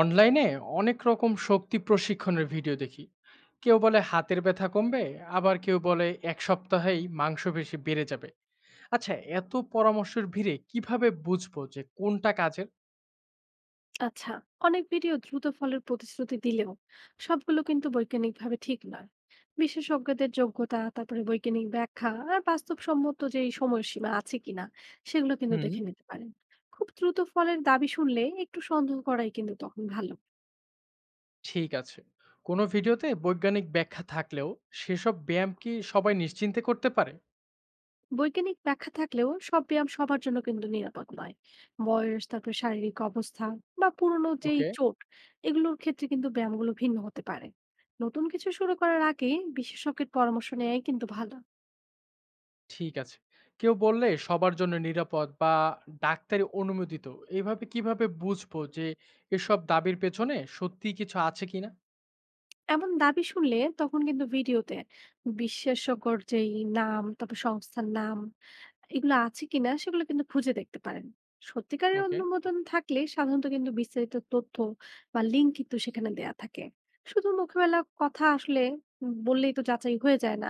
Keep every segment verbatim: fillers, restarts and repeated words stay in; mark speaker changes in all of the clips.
Speaker 1: অনলাইনে অনেক রকম শক্তি প্রশিক্ষণের ভিডিও দেখি। কেউ বলে হাতের ব্যথা কমবে, আবার কেউ বলে এক সপ্তাহেই মাংসপেশি বেড়ে যাবে। আচ্ছা, এত পরামর্শের ভিড়ে কিভাবে বুঝবো যে কোনটা কাজের?
Speaker 2: আচ্ছা, অনেক ভিডিও দ্রুত ফলের প্রতিশ্রুতি দিলেও সবগুলো কিন্তু বৈজ্ঞানিকভাবে ঠিক নয়। বিশেষজ্ঞদের যোগ্যতা, তারপরে বৈজ্ঞানিক ব্যাখ্যা আর বাস্তবসম্মত যে এই সময়সীমা আছে কিনা, সেগুলো কিন্তু
Speaker 1: হুম।
Speaker 2: দেখে নিতে পারেন। খুব দ্রুত ফলের দাবি শুনলে একটু সন্দেহ করাই কিন্তু তখন ভালো।
Speaker 1: ঠিক আছে। কোনো ভিডিওতে বৈজ্ঞানিক ব্যাখ্যা থাকলেও সেসব ব্যায়াম কি সবাই নিশ্চিন্তে করতে পারে?
Speaker 2: বৈজ্ঞানিক ব্যাখ্যা থাকলেও সব ব্যায়াম সবার জন্য কিন্তু নিরাপদ নয়। বয়স, তারপরে শারীরিক অবস্থা বা পুরনো যেই
Speaker 1: ওকে।
Speaker 2: চোট, এগুলোর ক্ষেত্রে কিন্তু ব্যায়ামগুলো ভিন্ন হতে পারে। নতুন কিছু শুরু করার আগে বিশেষজ্ঞের পরামর্শ নেওয়াই কিন্তু ভালো।
Speaker 1: ঠিক আছে। কেউ বললে সবার জন্য নিরাপদ বা ডাক্তারি অনুমোদিত, এইভাবে কিভাবে বুঝবো যে এসব দাবির পেছনে সত্যি কিছু আছে কিনা?
Speaker 2: এমন দাবি শুনলে তখন কিন্তু ভিডিওতে বিশেষজ্ঞর যেই নাম, তারপর সংস্থার নাম, এগুলো আছে কিনা সেগুলো কিন্তু খুঁজে দেখতে পারেন। সত্যিকারের
Speaker 1: ওকে।
Speaker 2: অনুমোদন থাকলে সাধারণত কিন্তু বিস্তারিত তথ্য বা লিঙ্ক কিন্তু সেখানে দেয়া থাকে। শুধু মুখবেলা কথা আসলে বললেই তো যাচাই হয়ে যায় না।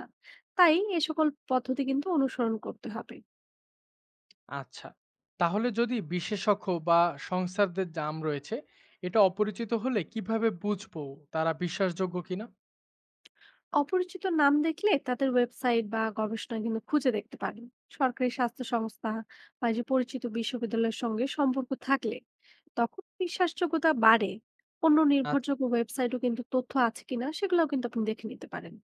Speaker 2: তাই এ সকল পদ্ধতি কিন্তু অনুসরণ করতে হবে।
Speaker 1: আচ্ছা। তাহলে যদি বিশেষজ্ঞ বা সংস্থাদের দাম রয়েছে, এটা অপরিচিত হলে কিভাবে বুঝবো তারা বিশ্বাসযোগ্য কিনা?
Speaker 2: অপরিচিত নাম দেখলে তাদের ওয়েবসাইট বা গবেষণা কিন্তু খুঁজে দেখতে পারেন। সরকারি স্বাস্থ্য সংস্থা বা যে পরিচিত বিশ্ববিদ্যালয়ের সঙ্গে সম্পর্ক থাকলে তখন বিশ্বাসযোগ্যতা বাড়ে। অন্য
Speaker 1: আচ্ছা,
Speaker 2: নির্ভরযোগ্য ওয়েবসাইটও কিন্তু তথ্য আছে কিনা সেগুলোও কিন্তু আপনি দেখে নিতে পারেন।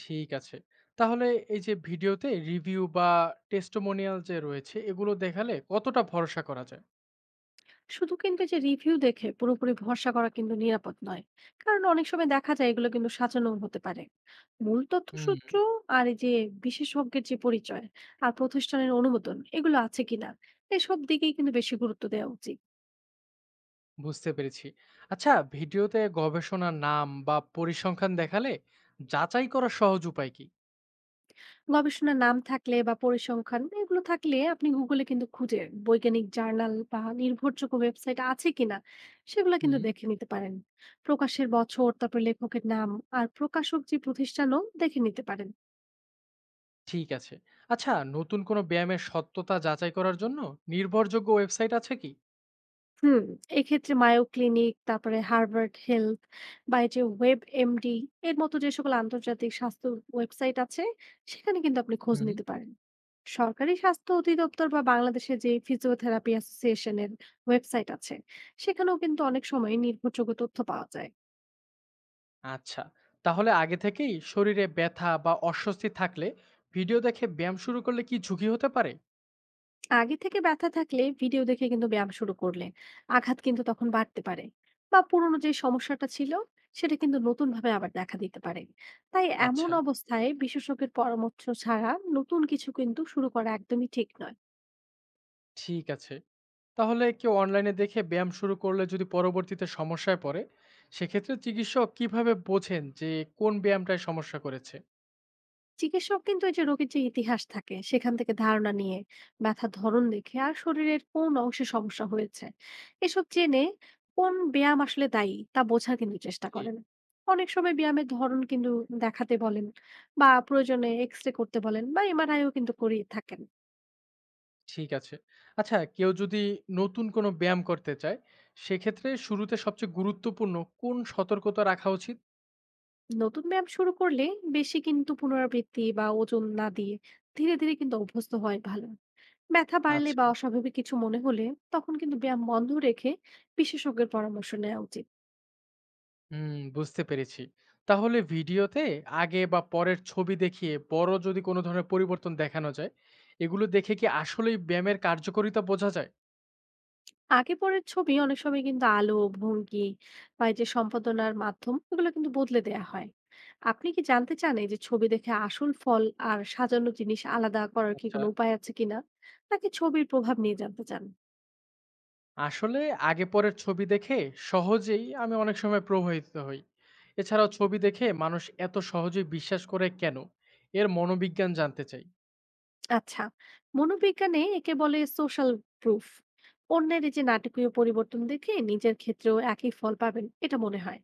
Speaker 1: ঠিক আছে। তাহলে এই যে ভিডিওতে রিভিউ বা টেস্টিমোনিয়াল যে রয়েছে, এগুলো দেখালে কতটা ভরসা করা যায়?
Speaker 2: শুধু কিন্তু এই যে রিভিউ দেখে পুরোপুরি ভরসা করা কিন্তু নিরাপদ নয়। কারণ অনেক সময় দেখা যায় এগুলো কিন্তু সাজানো হতে পারে। মূল তথ্য
Speaker 1: হুম,
Speaker 2: সূত্র আর এই যে বিশেষজ্ঞের যে পরিচয় আর প্রতিষ্ঠানের অনুমোদন এগুলো আছে কিনা, এসব দিকেই কিন্তু বেশি গুরুত্ব দেওয়া উচিত।
Speaker 1: বুঝতে পেরেছি। আচ্ছা, ভিডিওতে গবেষণার নাম বা পরিসংখ্যান দেখালে যাচাই করার সহজ উপায় কি?
Speaker 2: গবেষণার নাম থাকলে বা পরিসংখ্যান এগুলো থাকলে আপনি গুগলে কিন্তু খুঁজে বৈজ্ঞানিক জার্নাল বা নির্ভরযোগ্য ওয়েবসাইট আছে কিনা সেগুলো কিন্তু
Speaker 1: হুম,
Speaker 2: দেখে নিতে পারেন। প্রকাশের বছর, তারপর লেখকের নাম আর প্রকাশক যে প্রতিষ্ঠানও দেখে নিতে পারেন।
Speaker 1: ঠিক আছে। আচ্ছা, নতুন কোনো ব্যায়ামের সত্যতা যাচাই করার জন্য নির্ভরযোগ্য ওয়েবসাইট আছে কি?
Speaker 2: হুম, এক্ষেত্রে মায়ো ক্লিনিক, তারপরে হার্ভার্ড হেলথ বা এই যে ওয়েবএমডি এর মতো যে সকল আন্তর্জাতিক স্বাস্থ্য ওয়েবসাইট আছে সেখানে কিন্তু আপনি খোঁজ
Speaker 1: হুম।
Speaker 2: নিতে পারেন। সরকারি স্বাস্থ্য অধিদপ্তর বা বাংলাদেশের যে ফিজিওথেরাপি অ্যাসোসিয়েশনের ওয়েবসাইট আছে সেখানেও কিন্তু অনেক সময় নির্ভরযোগ্য তথ্য পাওয়া যায়।
Speaker 1: আচ্ছা, তাহলে আগে থেকেই শরীরে ব্যথা বা অস্বস্তি থাকলে ভিডিও দেখে ব্যায়াম শুরু করলে কি ঝুঁকি হতে পারে?
Speaker 2: আগে থেকে ব্যথা থাকলে ভিডিও দেখে কিন্তু ব্যায়াম শুরু করলে আঘাত কিন্তু তখন বাড়তে পারে। বা পুরনো যে সমস্যাটা ছিল সেটা কিন্তু নতুন ভাবে আবার দেখা দিতে পারে। তাই এমন
Speaker 1: আচ্ছা।
Speaker 2: অবস্থায় বিশেষজ্ঞের পরামর্শ ছাড়া নতুন কিছু কিন্তু শুরু করা একদমই ঠিক নয়।
Speaker 1: ঠিক আছে। তাহলে কেউ অনলাইনে দেখে ব্যায়াম শুরু করলে যদি পরবর্তীতে সমস্যায় পড়ে, সেক্ষেত্রে চিকিৎসক কিভাবে বোঝেন যে কোন ব্যায়ামটায় সমস্যা করেছে?
Speaker 2: চিকিৎসক কিন্তু এই যে রোগীর যে ইতিহাস থাকে সেখান থেকে ধারণা নিয়ে, ব্যথার ধরন দেখে আর শরীরের কোন অংশে সমস্যা হয়েছে এসব জেনে কোন ব্যায়াম আসলে দায়ী তা বোঝার কিন্তু চেষ্টা
Speaker 1: জি।
Speaker 2: করেন। অনেক সময় ব্যায়ামের ধরন কিন্তু দেখাতে বলেন বা প্রয়োজনে এক্স রে করতে বলেন বা এমআরআইও কিন্তু করিয়ে থাকেন।
Speaker 1: ঠিক আছে। আচ্ছা, কেউ যদি নতুন কোনো ব্যায়াম করতে চায়, সেক্ষেত্রে শুরুতে সবচেয়ে গুরুত্বপূর্ণ কোন সতর্কতা রাখা উচিত?
Speaker 2: নতুন ব্যায়াম শুরু করলে বেশি কিন্তু পুনরাবৃত্তি বা ওজন না দিয়ে ধীরে ধীরে কিন্তু অভ্যস্ত হয় ভালো। ব্যথা বাড়লে বা
Speaker 1: আচ্ছা।
Speaker 2: অস্বাভাবিক কিছু মনে হলে তখন কিন্তু ব্যায়াম বন্ধ রেখে বিশেষজ্ঞের পরামর্শ নেওয়া উচিত।
Speaker 1: হুম, বুঝতে পেরেছি। তাহলে ভিডিওতে আগে বা পরের ছবি দেখিয়ে বড় যদি কোনো ধরনের পরিবর্তন দেখানো যায়, এগুলো দেখে কি আসলেই ব্যায়ামের কার্যকারিতা বোঝা যায়?
Speaker 2: আগে পরের ছবি অনেক সময় কিন্তু আলো, ভঙ্গি বা এই যে সম্পাদনার মাধ্যম এগুলো কিন্তু বদলে দেয়া হয়। আপনি কি জানতে চান এই যে ছবি দেখে আসল ফল আর সাজানো জিনিস আলাদা করার কি
Speaker 1: আচ্ছা।
Speaker 2: কোনো উপায় আছে কিনা, নাকি ছবির প্রভাব নিয়ে জানতে চান?
Speaker 1: আসলে আগে পরের ছবি দেখে সহজেই আমি অনেক সময় প্রভাবিত হই। এছাড়াও ছবি দেখে মানুষ এত সহজেই বিশ্বাস করে কেন, এর মনোবিজ্ঞান জানতে চাই।
Speaker 2: আচ্ছা, মনোবিজ্ঞানে একে বলে সোশ্যাল প্রুফ। অন্যের এই যে নাটকীয় পরিবর্তন দেখে নিজের ক্ষেত্রেও একই ফল পাবেন এটা মনে হয়।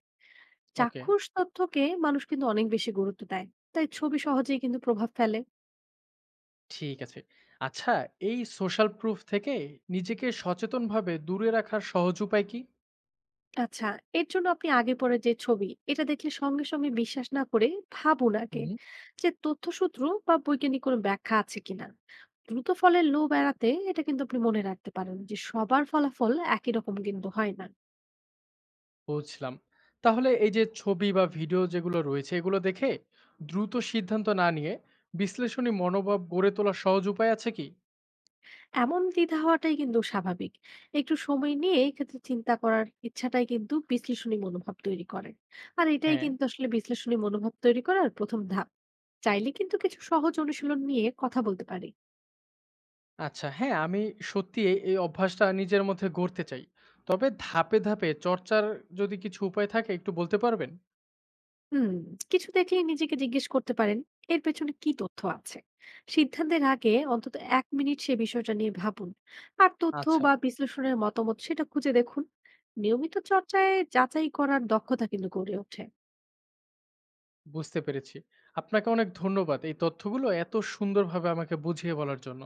Speaker 1: ওকে।
Speaker 2: চাক্ষুষ তথ্যকে মানুষ কিন্তু অনেক বেশি গুরুত্ব দেয়। তাই ছবি সহজেই কিন্তু প্রভাব ফেলে।
Speaker 1: ঠিক আছে। আচ্ছা, এই সোশ্যাল প্রুফ থেকে নিজেকে সচেতনভাবে দূরে রাখার সহজ উপায় কি?
Speaker 2: আচ্ছা, এর জন্য আপনি আগে পরে যে ছবি এটা দেখলে সঙ্গে সঙ্গে বিশ্বাস না করে ভাবুন আগে যে তথ্যসূত্র বা বৈজ্ঞানিক কোনো ব্যাখ্যা আছে কিনা। দ্রুত ফলের লোভ এড়াতে এটা কিন্তু আপনি মনে রাখতে পারেন যে সবার ফলাফল একই রকম কিন্তু হয় না।
Speaker 1: বুঝলাম। তাহলে এই যে ছবি বা ভিডিও যেগুলো রয়েছে এগুলো দেখে দ্রুত সিদ্ধান্ত না নিয়ে বিশ্লেষণী মনোভাব গড়ে তোলার সহজ উপায় আছে কি?
Speaker 2: এমন দ্বিধা হওয়াটাই কিন্তু স্বাভাবিক। একটু সময় নিয়ে এক্ষেত্রে চিন্তা করার ইচ্ছাটাই কিন্তু বিশ্লেষণী মনোভাব তৈরি করে। আর এটাই
Speaker 1: হ্যাঁ,
Speaker 2: কিন্তু আসলে বিশ্লেষণী মনোভাব তৈরি করার প্রথম ধাপ। চাইলে কিন্তু কিছু সহজ অনুশীলন নিয়ে কথা বলতে পারি।
Speaker 1: আচ্ছা, হ্যাঁ, আমি সত্যি এই, এই অভ্যাসটা নিজের মধ্যে গড়তে চাই। তবে ধাপে, ধাপে চর্চার যদি কিছু উপায় থাকে একটু বলতে পারবেন?
Speaker 2: হুম, কিছু দেখলে নিজেকে জিজ্ঞেস করতে পারেন এর পেছনে কি তথ্য আছে। সিদ্ধান্তের আগে অন্তত এক মিনিট সে বিষয়টা নিয়ে ভাবুন আর তথ্য
Speaker 1: আচ্ছা,
Speaker 2: বা বিশ্লেষণের মতামত সেটা খুঁজে দেখুন। নিয়মিত চর্চায় যাচাই করার দক্ষতা কিন্তু গড়ে ওঠে।
Speaker 1: বুঝতে পেরেছি। আপনাকে অনেক ধন্যবাদ এই তথ্যগুলো এত সুন্দরভাবে আমাকে বুঝিয়ে বলার জন্য।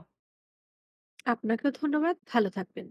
Speaker 2: আপনাকেও ধন্যবাদ, ভালো থাকবেন।